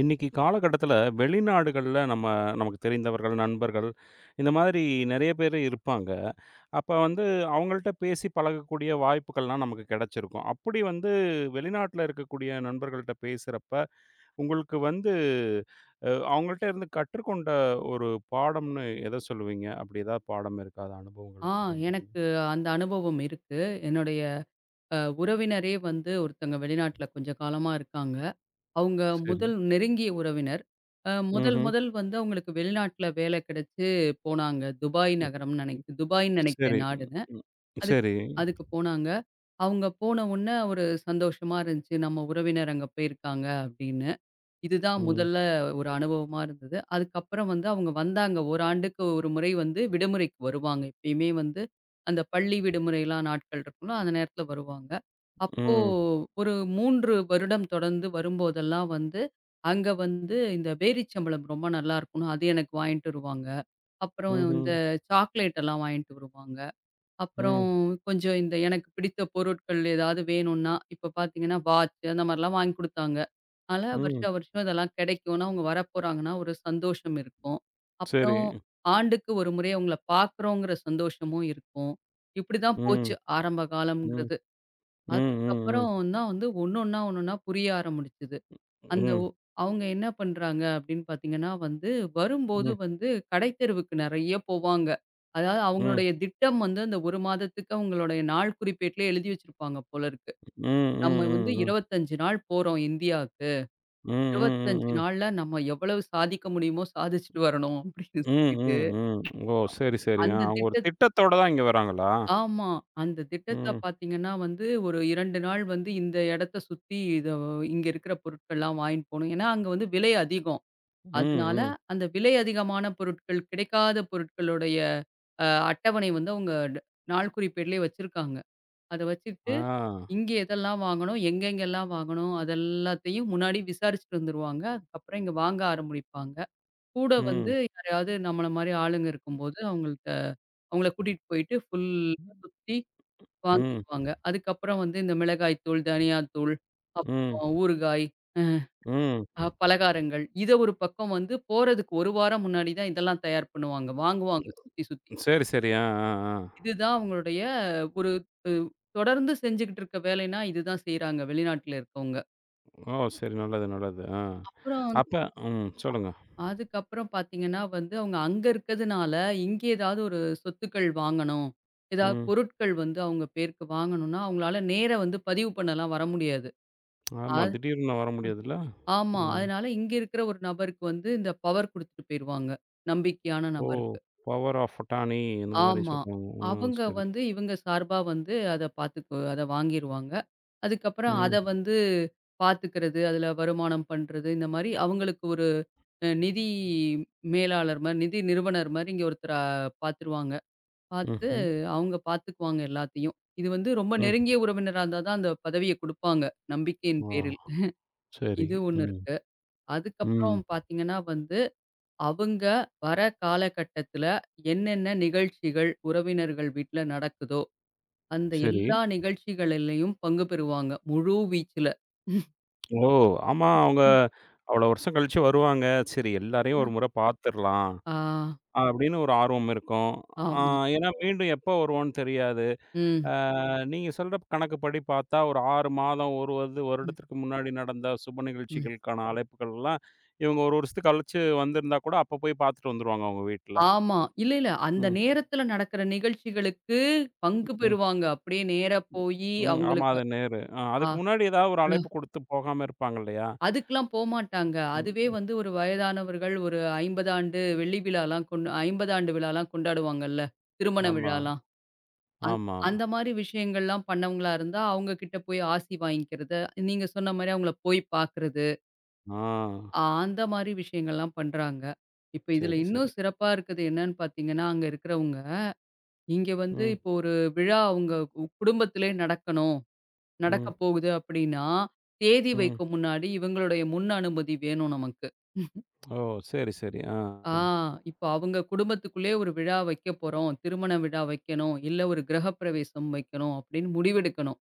இன்னைக்கு காலகட்டத்தில வெளிநாடுகள்ல நம்ம நமக்கு தெரிந்தவர்கள், நண்பர்கள் இந்த மாதிரி நெறைய பேர் இருப்பாங்க. அப்ப வந்து அவங்கள்ட்ட பேசி பழகக்கூடிய வாய்ப்புகள்லாம் நமக்கு கெடைச்சிருக்கும். அப்படி வந்து வெளிநாட்ல இருக்கக்கூடிய நண்பர்கள்ட்ட பேசுறப்ப, உங்களுக்கு வந்து அவங்கள்ட்ட இருந்து கற்றுக்கொண்ட ஒரு பாடம்னு எத சொல்லுவீங்க? அப்படி ஏதாவது பாடம் இருக்கா? அது அனுபவங்கள ஆ பகிர்ந்துக்கங்க. எனக்கு அந்த அனுபவம் இருக்கு. என்னுடைய உறவினரே வந்து ஒருத்தங்க வெளிநாட்ல கொஞ்ச காலமா இருக்காங்க. அவங்க சரி. முதல் நெருங்கிய உறவினர். முதல் ம்ஹ்ம். முதல் வந்து அவங்களுக்கு வெளிநாட்ல வேலை கிடைச்சு போனாங்க. ம். ம். துபாய்ன்னு சரி. நினைக்கிறேன் ம். நாடுன்னு. ம். அதுக்கு சரி. அதுக்கு போனாங்க. அவங்க போன உடனே ஒரு சந்தோஷமா இருந்துச்சு. நம்ம உறவினர் அங்க போயிருக்காங்க அப்படின்னு. இதுதான் ம். முதல்ல ஒரு அனுபவமா இருந்தது. அதுக்கப்புறம் வந்து அவங்க வந்தாங்க. 1 ஆண்டுக்கு 1 முறை வந்து விடுமுறைக்கு வருவாங்க. எப்பயுமே வந்து அந்த பள்ளி விடுமுறைலாம் நாட்கள் இருக்கும்ல, அந்த நேரத்தில வருவாங்க. அப்போ ம். ஒரு 3 வருடம் தொடர்ந்து வரும்போதெல்லாம் வந்து, அங்க வந்து இந்த பேரிச்சம்பழம் ரொம்ப நல்லாருக்கும்னு அது எனக்கு வாங்கிட்டு வருவாங்க. அப்புறம் இந்த ம்ஹ்ம். சாக்லேட் எல்லாம் வாங்கிட்டு வருவாங்க. அப்புறம் ம். கொஞ்சம் இந்த எனக்கு பிடித்த பொருட்கள் ஏதாவது வேணும்னா, இப்ப பார்த்தீங்கன்னா வாட்ச் அந்த மாரிலாம் வாங்கி குடுத்தாங்க. அதனால ம். வருஷா வருஷம் இதெல்லாம் கிடைக்கும்னா, அவங்க வரப்போறாங்கன்னா ஒரு சந்தோஷம் இருக்கும். சரி. அப்புறம் ஆண்டுக்கு ஒரு முறை அவங்கள பார்க்குறோங்கிற சந்தோஷமும் இருக்கும். இப்படிதான் ம், போச்சு ஆரம்ப ம், காலம்ங்கிறது. ம், ம், ம், அதுக்கப்புறம் தான் வந்து ஒண்ணொன்னா ஒண்ணொன்னா புரிய ஆரம்பிச்சது. அந்த ம், ஒ அவங்க என்ன பண்றாங்க அப்படின்னு பார்த்தீங்கன்னா வந்து, வரும்போது ம், வந்து கடைத்தெருவுக்கு நெறைய போவாங்க. அதாவது ம், ம், அவங்களுடைய திட்டம் வந்து அந்த 1 மாதத்துக்கு அவங்களுடைய நாள் குறிப்பேட்டிலே எழுதி வச்சிருப்பாங்க போல இருக்கு. ம், நம்ம வந்து ம், ம், 25 நாள் போறோம் இந்தியாவுக்கு. ம், ம், 25 ம். நாள்ல நம்ம எவ்வளவு சாதிக்க முடியுமோ சாதிச்சுட்டு வரணும் அப்படின்னு சொல்லிட்டு, ம். ஓ! சரி, சரி. ஆ, அந்த அவங்க ஒரு திட்டத்து திட்டத்தோட தான் இங்க வராங்களா? ஆமா. அந்த திட்டத்துல ம், பார்த்தீங்கன்னா வந்து, ஒரு 2 நாள் வந்து இந்த இடத்த சுத்தி இங்க இருக்கிற பொருட்கள்லாம் வாங்கிட்டு போணும். ஏன்னா அங்க வந்து விலை அதிகம். ம், அதனால ம். அந்த விலை அதிகமான பொருட்கள், கிடைக்காத பொருட்களுடைய அ அட்டவணை வந்து அவங்க நாள் குறிப்பேடுலயே வச்சிருக்காங்க. அத வச்சுட்டு ஆ. இங்க எதெல்லாம் வாங்கணும், எங்கெங்கெல்லாம் வாங்கணும், அதெல்லாத்தையும் முன்னாடி விசாரிச்சுட்டு வந்துருவாங்க. அதுக்கப்புறம் இங்க வாங்க ஆரம்பிப்பாங்க. கூட வந்து ம், யாரையாவது நம்மள மாரி ஆளுங்க இருக்கும்போது, அவங்கள கூட்டிட்டு போயிட்டு ஃபுல்லா சுத்தி ம், வாங்கிருவாங்க. அதுக்கப்புறம் வந்து இந்த மிளகாய் தூள், தனியா தூள், ம், அப்புறம் ஊறுகாய், ம். பலகாரங்கள். இத ஒரு பக்கம் வந்து போறதுக்கு 1 வாரம் முன்னாடி தான் இதெல்லாம் தயார் பண்ணுவாங்க. வாங்குவாங்க சுத்தி, சுத்தி. சரி, சரி. ஆ, ஆ, ஆ. இதுதான் அவங்களுடைய ஒரு அ தொடர்ந்து செஞ்சுகிட்டு இருக்க வேலைன்னா, இதுதான் செய்றாங்க வெளிநாட்டுல இருக்கவங்க. ஓ! சரி. நல்லது, நல்லது. ஆ. அப்புறம் அப்ப ம். சொல்லுங்க. அதுக்கப்புறம் பார்த்தீங்கன்னா வந்து, அவங்க அங்க இருக்கிறதுனால, இங்க ஏதாவது ஒரு சொத்துக்கள் வாங்கணும். ஏதாவது ம். பொருட்கள் வந்து அவங்க பேருக்கு வாங்கணும்னா, அவங்களால நேரா வந்து பதிவு பண்ணலாம் வர முடியாது. ஆமா. அது திடீர்னு வர முடியாதுல்ல? ஆமா. ம். அதனால இங்க இருக்கிற ஒரு நபருக்கு வந்து இந்த பவர் குடுத்துட்டு போயிருவாங்க. நம்பிக்கையான ஓ! நபருக்கு. பவர் ஆஃப் அட்டானி இந்த மாரி ஆமா. சொல்றாங்க. ஆ, அவங்க சரி. வந்து இவங்க சார்பா வந்து அத பாத்துக்கு அத வாங்கிருவாங்க. அதுக்கப்புறம் அத ம். வந்து பாத்துக்கிறது, அதுல வருமானம் பண்றது, இந்த மாரி அவங்களுக்கு ஒரு நிதி மேலாளர் மாரி, நிதி நிறுவனர் மாரி இங்க ஒருத்தர பாத்துருவாங்க. பாத்து ம்ஹ்ம். அவங்க பாத்துக்குவாங்க எல்லாத்தையும். இது வந்து ரொம்ப ம். நெருங்கிய உறவினரா இருந்தா தான் அந்த பதவிய குடுப்பாங்க, நம்பிக்கையின் பேரில். ஆ, சரி. இது ஒண்ணு ம். இருக்கு. ம். அதுக்கப்புறம் பாத்தீங்கன்னா வந்து அவங்க வர காலகட்டத்துல என்னென்ன நிகழ்ச்சிகள் உறவினர்கள் வீட்ல நடக்குதோ, அந்த சரி. எல்லா நிகழ்ச்சிகளிலயும் பங்கு பெறுவாங்க. முழு வீச்சுல. ம். ஓ! ஆமா. அவங்க அவ்வளோ வருஷம் கழிச்சு வருவாங்க. சரி, எல்லாரையும் ஒரு முறை பார்த்துரலாம் ஆ, அப்படின்னு ஒரு ஆர்வம் இருக்கும். ஆ, ஆமா. ஏன்னா மீண்டும் எப்போ வருவோம்னு தெரியாது. ம், ஆ, நீங்க சொல்ற கணக்குப்படி பார்த்தா ஒரு 6 மாதம், ஒரு ம், வருடத்திற்கு முன்னாடி நடந்த சுப ம். நிகழ்ச்சிகளுக்கான அழைப்புகள்லாம், இவங்க ஒரு வருஷத்துக்கு கழிச்சு வந்திருந்தா கூட, அப்ப போய் பார்த்துட்டு வந்துருவாங்க அவங்க வீட்ல. ஆமா. இல்ல, இல்ல. அந்த ம். நேரத்துல நடக்கிற நிகழ்ச்சிகளுக்கு பங்கு ம். பெறுவாங்க. அப்படியே நேரா போயி ம். ஆமா. அவங்களுக்கு. அது நேரு. ஆ, ஆ, அதுக்கு முன்னாடி ஏதாவது ஒரு அ அழைப்பு குடுத்து போகாம இருப்பாங்க இல்லையா? அதுக்கெல்லாம் போமாட்டாங்க. அதுவே ம். வந்து ஒரு வயதானவர்கள் ஒரு 50 ஆண்டு வெள்ளி விழாலாம் 50 ஆண்டு விழாலாம் கொண்டாடுவாங்கல்ல. திருமண ஆமா, விழாலாம். அந் ஆமா. அந்த மாரி விஷயங்கள்லாம் பண்ணவங்களா இருந்தா, அவங்க கிட்ட போய் ஆசி வாங்கிக்கிறது, நீங்க சொன்ன மாரி அவங்கள போய் பார்க்கறது, ஆ, அந்த மாரி விஷயங்கள்லாம் பண்றாங்க. இப்ப இதுல சரி, சரி. இன்னும் சிறப்பா இருக்குது என்னன்னு பார்த்தீங்கன்னா, அங்க இருக்கிறவங்க, இங்க வந்து ம், இப்போ ஒரு விழா அவங்க குடும்பத்திலே நடக்கணும், நடக்க ம், போகுது அப்படின்னா, தேதி ம். வைக்கும் முன்னாடி இவங்களுடைய முன் அனுமதி வேணும் நமக்கு. ஓ! சரி, சரி. ஆ. ஆ இப்போ அவங்க குடும்பத்துக்குள்ளே ஒரு விழா வைக்க போறோம், திருமண விழா வைக்கணும், இல்ல ஒரு கிரகப்பிரவேசம் வைக்கணும் அப்படின்னு முடிவெடுக்கணும்.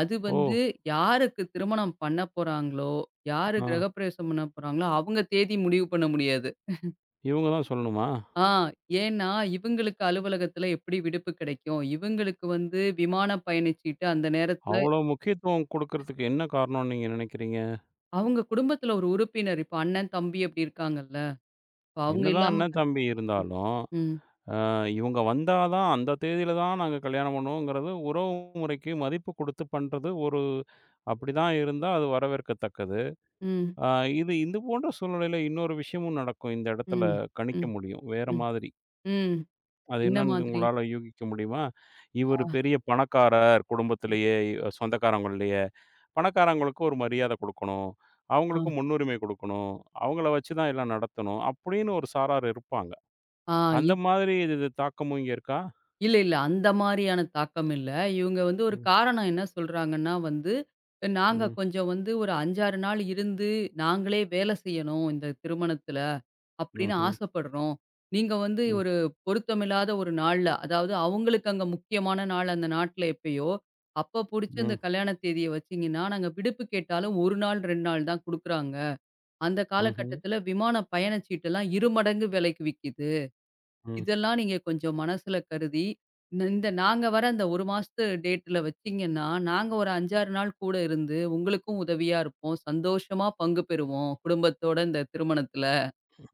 அது ஓ! வந்து யாருக்கு திருமணம் பண்ண போறாங்களோ, யாரு ஆ. கிரகப்பிரவேசம் பண்ண போறாங்களோ, அவங்க தேதி முடிவு பண்ண முடியாது. இவங்க தான் சொல்லணுமா? ஆ ஏன்னா, இவங்களுக்கு அலுவலகத்துல எப்படி விடுப்பு கிடைக்கும்? இவங்களுக்கு வந்து விமானம் பயணிச்சுட்டு அந்த நேரத்துல அவ்வளோ முக்கியத்துவம் குடுக்கறதுக்கு என்ன காரணம்னு நீங்க நினைக்கிறீங்க? அவங்க குடும்பத்துல ஒரு உறுப்பினர் இப்ப அண்ணன், தம்பி அப்படி இருக்காங்கல்ல. இப்ப அவங்க என்னதான் இல்லாம அண்ணன், தம்பி இருந்தாலும், ம், அ இவங்க வந்தா தான் அந்த தேதியில தான் நாங்க கல்யாணம் பண்ணுவோங்கிறது உறவு முறைக்கு மதிப்பு குடுத்து பண்றது ஒரு அப்படிதான் இருந்தா அது வரவேற்கத்தக்கது. ம், அ இது இது போன்ற சூழ்நிலையில இன்னொரு விஷயமும் நடக்கும். இந்த இடத்துல ம், கணிக்க ம், முடியும். வேற ம், மாதிரி. ம். அது என்ன என்னன்னு மாதிரி? உங்களால யூகிக்க முடியுமா? இவரு ஆ, பெரிய பணக்காரர் குடும்பத்திலேயே, சொந்தக்காரங்கள்லயே. பணக்காரங்களுக்கு ஒரு மரியாதை குடுக்கணும். ஆ, அவங்களுக்கு முன்னுரிமை குடுக்கணும். அவங்கள வச்சு தான் எல்லாம் நடத்தணும் அப்படின்னு ஒரு சாரார் இருப்பாங்க. ஆ. அந்த மாதிரி இது இது தாக்கமும் இங்க இருக்கா? இல்ல, இல்ல. அந்த மாரியான தாக்கம் இல்ல. இவுங்க வந்து ஒரு ம், காரணம் என்ன சொல்றாங்கன்னா வந்து, நாங்க ம், கொஞ்சம் வந்து ஒரு 5, 6 நாள் இருந்து, நாங்களே வேல செய்யணும் இந்த திருமணத்துல, அப்படின்னு ம்ஹ்ம், ஆசைப்படுறோம். நீங்க வந்து ம், ஒரு பொருத்தமில்லாத ஒரு நாள்ல, அதாவது அவங்களுக்கு அங்க முக்கியமான நாள் அந்த நாட்ல எப்பயோ, அப்ப புடிச்ச இந்த ம், கல்யாண தேதிய வச்சீங்கன்னா, நாங்க விடுப்பு கேட்டாலும் 1 நாள், 2 நாள் தான் குடுக்குறாங்க. அந்த ம்ஹ்ம், காலகட்டத்துல விமான பயணச்சீட்டெல்லாம் 2 மடங்கு விலைக்கு விக்கிது. ம், இதெல்லாம் நீங்க கொஞ்சம் மனசுல கருதி, இந்த நாங்க வர அந்த 1 மாசத்து டேட்ல வச்சீங்கன்னா, நாங்க ஒரு 5, 6 நாள் கூட இருந்து உங்களுக்கும் உதவியா இருப்போம். சந்தோஷமா பங்கு பெறுவோம் குடும்பத்தோட இந்த திருமணத்துல."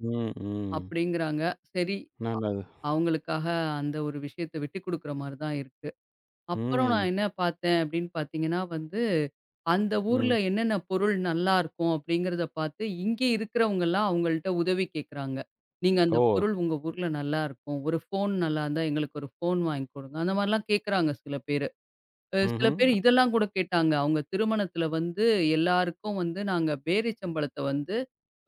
ம், ம். அப்படிங்கிறாங்க. சரி, நல்லது. அவங்களுக்காக அந்த ஒரு விஷயத்த விட்டு குடுக்குற மாரி தான் இருக்கு. அப்புறம் ம், நான் என்ன பார்த்தேன் அப்படின்னு பார்த்தீங்கன்னா வந்து, அந்த ஊர்ல ம். என்னென்ன பொருள் நல்லாருக்கும் அப்படிங்கிறத பார்த்து, இங்க இருக்கிறவங்கலாம் அவங்கள்ட்ட உதவி கேட்குறாங்க. "நீங்க அந்த ஓ! பொருள் உங்க ஊர்ல நல்லாருக்கும். ஒரு ஃபோன் நல்லாருந்தா எங்களுக்கு ஒரு ஃபோன் வாங்கி குடுங்க." அந்த மாரிலாம் கேட்குறாங்க சில பேரு. சில ம்ஹ்ம், பேர் இதெல்லாம் கூட கேட்டாங்க. அவங்க திருமணத்தில வந்து எல்லாருக்கும் வந்து நாங்க பேரிச்சம்பழத்த வந்து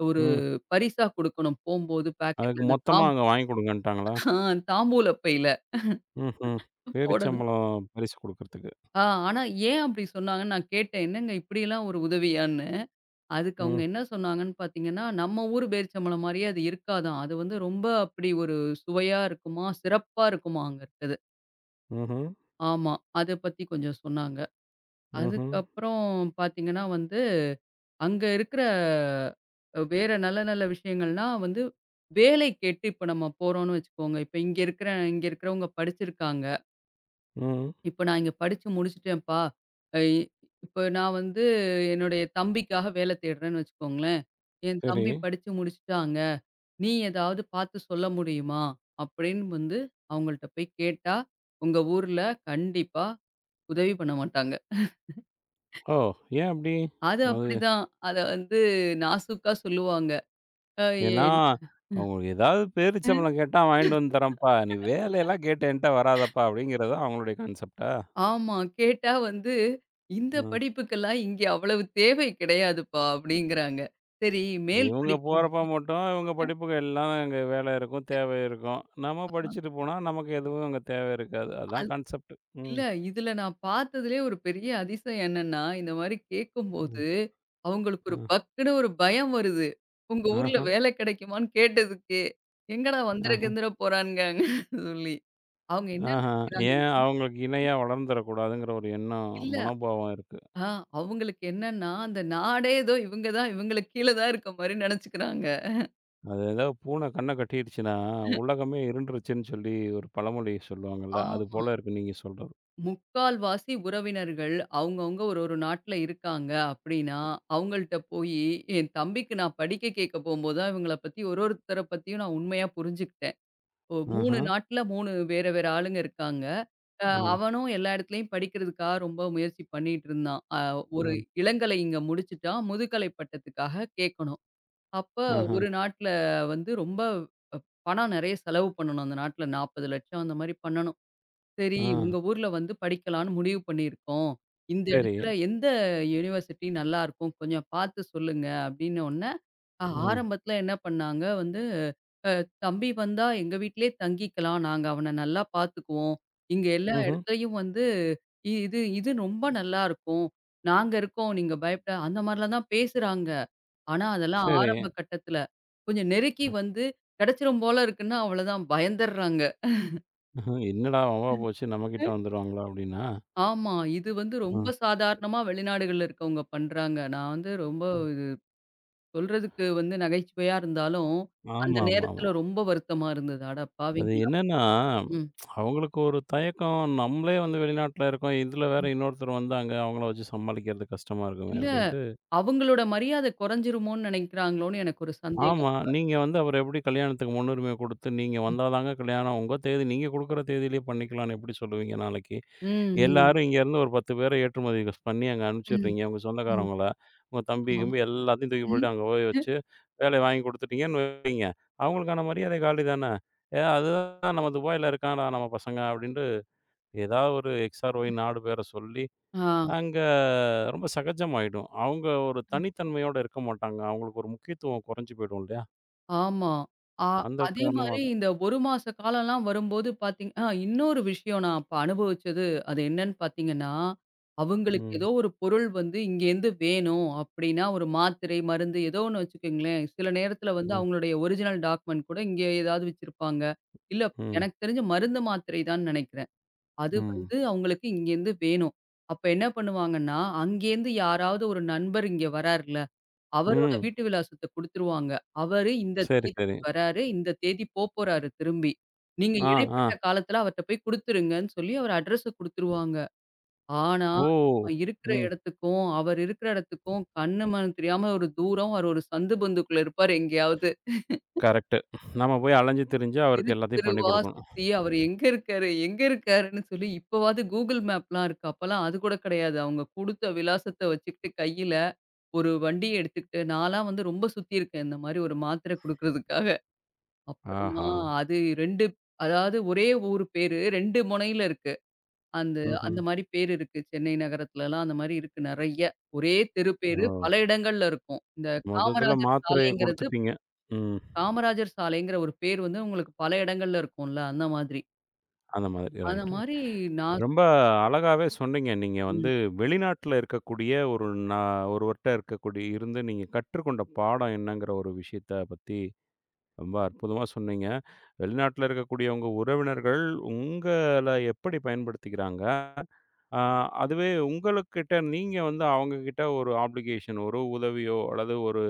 ஒரு ம். பரிசா குடுக்கணும். போம்போது அதுக்கு பாக்கெட்ல இந்த மொத்தமா அங்க வாங்கி குடுங்கன்ட்டாங்களா? ஆ தாம்பூல பையில ம்ஹ்ம். போடணும். பேரிச்சம்பழம் பரிசு குடுக்கறதுக்கு. ஆனா ஏன் அப்படி சொன்னாங்கன்னு நான் கேட்டேன். "என்னங்க இப்படியெல்லாம் ஒரு உதவியான்னு?" அதுக்கு அவங்க ம். என்ன சொன்னாங்கன்னு பார்த்தீங்கன்னா, "நம்ம ஊரு பேரிச்சம்பழம் மாரியே அது இருக்காதாம். அது வந்து ரொம்ப அப்படி ஒரு சுவையா இருக்குமா, சிறப்பா இருக்குமா அங்க இருக்கிறது." ம்ஹ்ம், ஆமா. அத பத்தி கொஞ்சம் சொன்னாங்க. ம்ஹ்ம், அதுக்கப்புறம் பார்த்தீங்கன்னா வந்து, அங்க இருக்கிற வேற நல்ல நல்ல விஷயங்கள்னா வந்து, வேலை கேட்டு இப்ப நம்ம போறோம்னு வச்சுக்கோங்க. இப்ப இங்க இருக்கிறவங்க படிச்சிருக்காங்க. ம். இப்ப நான் இங்க படிச்சு முடிச்சுட்டேன்ப்பா. அ இப்ப நான் வந்து என்னுடைய தம்பிக்காக வேல தேடுறேன்னு வச்சுக்கோங்களேன். என் சரி. தம்பி படிச்சு முடிச்சுட்டாங்க. நீ ஏதாவது பார்த்து சொல்ல முடியுமா? அப்படின்னு வந்து அவங்கள்ட்ட போய் கேட்டா, உங்க ஊர்ல கண்டிப்பா உதவி பண்ண மாட்டாங்க. ஓ! ஏன் அப்படி? அது அது அப்படிதான். அத வந்து நாசூக்கா சொல்லுவாங்க. அ ஏன்னா, ஏன் அவங்களுக்கு ஏதாவது அ. பேரிச்சம்பழம் கேட்டா வாங்கிட்டு வந்து தர்றேன்ப்பா, நீ வேலையெல்லாம் கேட்டு என்ட்ட வராதப்பா அப்படிங்கிறதா அவங்களுடைய கான்செப்ட்டா? ஆமா. கேட்டா வந்து, "இந்த ம். படிப்புக்கெல்லாம் இங்க அவ்வளவு தேவை கிடையாதுப்பா" அப்படிங்கிறாங்க. சரி. மேல் இவங்க படிப்பு போறப்ப மட்டும் இவங்க படிப்புக்கு எல்லாம் அங்க வேலை இருக்கும், தேவை இருக்கும். நம்ம படிச்சுட்டு போனா நமக்கு எதுவும் அங்க தேவை இருக்காது. அதான் கான்செப்ட். ம். இல்ல. இதுல நான் பார்த்ததுலயே ஒரு பெரிய அதிசயம் என்னன்னா, இந்த மாரி ம். கேட்கும்போது, அவங்களுக்கு ஒரு ம். பக்குன்னு ஒரு பயம் வருது. உங்க ஊர்ல ஆஹா, வேலை கிடைக்குமான்னு கேட்டதுக்கே. எங்கடா வந்துர ஆஹா, கிந்துர போறானுங்கன்னு சொல்லி. அவங்க என்ன ஆஹா. நினைக்கிறாங்க? ஏன் அவங்களுக்கு இணையா வளர்ந்துறக்கூடாதுங்கிற ஒரு எண்ணம், இல்ல. மனோபாவம் இருக்கு. ஆ அவங்களுக்கு என்னன்னா, அந்த நாடே ஏதோ இவங்க தான் இவங்களுக்கு கீழ தான் இருக்க மாரி நெனச்சுக்கிறாங்க. அது ஏதாவது பூனை கண்ண கட்டிடுச்சுன்னா, உலகமே இருண்டுருச்சுன்னு சொல்லி ஒரு பழமொழி சொல்லுவாங்கல்ல. அது ஆ. போல இருக்கு நீங்க சொல்றது. முக்கால்வாசி உறவினர்கள் அவங்கவங்க ஒரு ஒரு நாட்ல இருக்காங்க அப்படின்னா, அவங்கள்ட்ட போயி என் தம்பிக்கு நான் படிக்க கேட்க போம்போது தான் இவங்கள பத்தி ஒரு ஒருத்தர பத்தியும் நான் உண்மையா புரிஞ்சுக்கிட்டேன். ஆஹா, 3 நாட்ல 3 வேற வேற ஆளுங்க இருக்காங்க. அ ஆ, அவனும் எல்லா இடத்துலயும் படிக்கிறதுக்காக ரொம்ப முயற்சி பண்ணிட்டு இருந்தான். ஆ, ஒரு இளங்கலை இங்க முடிச்சுட்டான். முதுகலை பட்டத்துக்காக கேட்கணும். அப்ப ஆஹா, ஒரு நாட்ல வந்து ரொம்ப பணம் நெறைய செலவு பண்ணணும் அந்த நாட்ல 40,00,000 அந்த மாரி பண்ணணும். சரி, ஆ. உங்க ஊர்ல வந்து படிக்கலான்னு முடிவு பண்ணியிருக்கோம். இந்த சரி. இடத்துல எந்த யுனிவர்சிட்டி நல்லாருக்கும்? கொஞ்சம் பார்த்து சொல்லுங்க அப்டின்னோனே, ம். ஆரம்பத்துல என்ன பண்ணாங்க வந்து, தம்பி வந்தா எங்க வீட்லயே தங்கிக்கலாம். நாங்க அவன நல்லா பார்த்துக்குவோம். இங்க எல்லா ம்ஹ்ம். இடத்துலயும் வந்து இது இது ரொம்ப நல்லாருக்கும். நாங்க இருக்கோம். நீங்க பயப்பட அந்த மாரிலாம் தான் பேசுறாங்க. ஆனா, அதெல்லாம் சரி. ஆரம்ப கட்டத்துல. கொஞ்சம் நெருக்கி வந்து கிடைச்சிரும் போல இருக்குன்னா, அவ்வளோதான் பயந்துர்றாங்க. ம்ஹ்ம். என்னடா வம்பா போச்சு நம்மகிட்ட வந்துருவாங்களா அப்படின்னா? ஆமா. இது வந்து ம். ரொம்ப சாதாரணமா வெளிநாடுகள்ல இருக்கவங்க பண்றாங்க. நான் வந்து ரொம்ப ம். இது சொல்றதுக்கு வந்து நகைச்சுவையா இருந்தாலும், அந்த ஆமா, ஆமா, ஆமா. நேரத்துல ரொம்ப வருத்தமா இருந்தது. அட அது பாவிங்களா! என்னன்னா, ம். அவங்களுக்கு ஒரு தயக்கம். நம்மளே வந்து வெளிநாட்ல இருக்கோம். இதுல வேற ம். இன்னொருத்தர் வந்தாங்க. அவங்கள வச்சு சமாளிக்கிறது கஷ்டமா இருக்குமே இல்ல. அப்படின்ட்டு. அவங்களோட மரியாதை குறைஞ்சிருமோன்னு நினைக்கிறாங்களோன்னு எனக்கு ஒரு சந்தேகம். ஆமா. நீங்க வந்து அவர எப்படி கல்யாணத்துக்கு முன்னுரிமை குடுத்து, நீங்க ம். வந்தா தாங்க கல்யாணம், உங்க தேதி நீங்க குடுக்குற தேதியிலேயே பண்ணிக்கலாம்ன்னு எப்படி சொல்லுவீங்க நாளைக்கு? ம். ம். எல்லாரும் இங்கேருந்து ஒரு 10 பேர ஏற்றுமதி பண்ணி அங்க ம். அனுப்பிச்சுடுறீங்க. உங்க ம். சொந்தக்காரவங்கள, உங்க தம்பி, ஆமா. கிம்பி எல்லாத்தையும் தூக்கி ம். போட்டு அங்க போய் வச்சு, வேலைய வாங்கி குடுத்துட்டீங்கன்னு வைங்க. அவங்களுக்கான மரியாதை காலி தானே. ஏ, அதுதான் நம்ம துபாயில இருக்கான்டா நம்ம பசங்க அப்படின்ட்டு ஏதாவது ஒரு எக்ஸ் ஆர் ஒய் நாடு பேர சொல்லி, ஆ. அங்க ரொம்ப சகஜமாயிடும். அவங்க ஒரு தனித்தன்மையோட இருக்க மாட்டாங்க. அவங்களுக்கு ஒரு முக்கியத்துவம் குறைஞ்சு போயிடும் இல்லையா? ஆமா. ஆ அந்த அதே காரணமா மாரி தான். இந்த 1 மாச காலம்லாம் வரும்போது பார்த்தீங் ஆ இன்னொரு விஷயம் நான் அப்ப அனுபவிச்சது, அது என்னன்னு பார்த்தீங்கன்னா, அவங்களுக்கு ம், ஏதோ ஒரு பொருள் வந்து இங்கேருந்து வேணும் அப்படின்னா, ஒரு மாத்திரை, மருந்து ஏதோ ஒண்ணு வச்சுக்கங்களேன், சில நேரத்தில வந்து ம், அவங்களுடைய ஒரிஜினல் டாக்குமெண்ட் கூட இங்கே ஏதாவது வச்சிருப்பாங்க. இல்ல. ம், எனக்கு தெரிஞ்சு மருந்து, மாத்திரை தான்னு நெனைக்கிறேன். அது ம், வந்து அவங்களுக்கு இங்கேருந்து வேணும். அப்ப என்ன பண்ணுவாங்கன்னா, அங்கேருந்து யாராவது ஒரு நண்பர் இங்க வரார்ல அவரோட ம். வீட்டு விலாசத்த குடுத்துருவாங்க. அவரு இந்த சரி, தேதிக்கு சரி. வராரு, இந்த தேதி போப்போறாரு திரும்பி. நீங்க ஆ, ஆ. இடைப்பட்ட காலத்துல அவர்ட்ட போய் குடுத்துருங்கன்னு சொல்லி அவர் அட்ரஸ குடுத்துருவாங்க. ஆனா, ஓ! நம்ம இருக்கிற ம். இடத்துக்கும், அவர் இருக்கிற இடத்துக்கும் கண்ணு மண்ணு தெரியாம ஒரு தூரம் அவர் ஒரு சந்து பந்துக்குள்ள இருப்பாரு எங்கேயாவது. கரெக்ட்டு. நம்ம போய் அலைஞ்சு திரிஞ்சு தெரு அவருக்கு எல்லாத்தையும் பண்ணி தெருவா குடுக்கணும். சுத்தி அவரு எங்க இருக்காரு? எங்க இருக்காருன்னு சொல்லி இப்பவாவது Google மேப்லாம் இருக்கு. அப்பலாம் அது கூட கிடையாது. அவங்க குடுத்த விலாசத்த வச்சுக்கிட்டு கையில ஒரு வண்டிய எடுத்துக்கிட்டு நான்லாம் வந்து ரொம்ப சுத்தியிருக்கேன். இந்த மாரி ஒரு மாத்திரை குடுக்குறதுக்காக. அப்புறமா ஆஹா! அது 2 அதாவது ஒரே ஊர் பேரு 2 முனையில இருக்கு. அந்த ம்ஹ்ம். அந்த மாரி பேர் இருக்கு. சென்னை நகரத்துலலாம் அந்த மாரி இருக்கு நெறைய. ஒரே தெரு ஓ! பேரு பல இடங்கள்ல இருக்கும். இந்த மொத்தத்துல காமராஜர் மாத்திரைய சாலைங்கிறது குடுத்துட்டீங்க. ம். காமராஜர் சாலைங்கிற ஒரு பேர் வந்து உங்களுக்கு பல இடங்கள்ல இருக்கும்ல அந்த மாதிரி. அந்த மாதிரி. அந்த ரைட், ரைட். மாரி நான் ரொம்ப அழகாவே சொன்னீங்க. நீங்க ம் வந்து வெளிநாட்ல இருக்கக்கூடிய ஒரு நா ஒருவர்ட்ட இருந்து நீங்க கற்றுக்கொண்ட பாடம் என்னங்கிற ஒரு விஷயத்த பத்தி ரொம்ப அற்புதமா சொன்னீங்க. வெளிநாட்டில இருக்கக்கூடியவங்க உறவினர்கள் உங்கள எப்படி பயன்படுத்திக்கிறாங்க? அ அதுவே உங்களுக்கிட்ட நீங்க வந்து அவங்ககிட்ட ஒரு ஆப்ளிகேஷன், ஒரு உதவியோ அல்லது ஒரு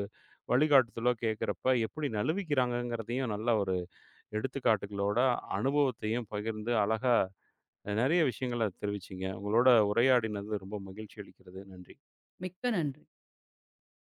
வழிகாட்டுதலோ கேட்கிறப்ப எப்படி நழுவிக்கிறாங்கங்கிறதையும் நல்ல ஒரு எடுத்துக்காட்டுகளோட, அனுபவத்தையும் பகிர்ந்து அழகா நெறைய விஷயங்கள தெரிவிச்சீங்க. உங்களோட உரையாடினது ரொம்ப மகிழ்ச்சி அளிக்கிறது. நன்றி. மிக்க நன்றி.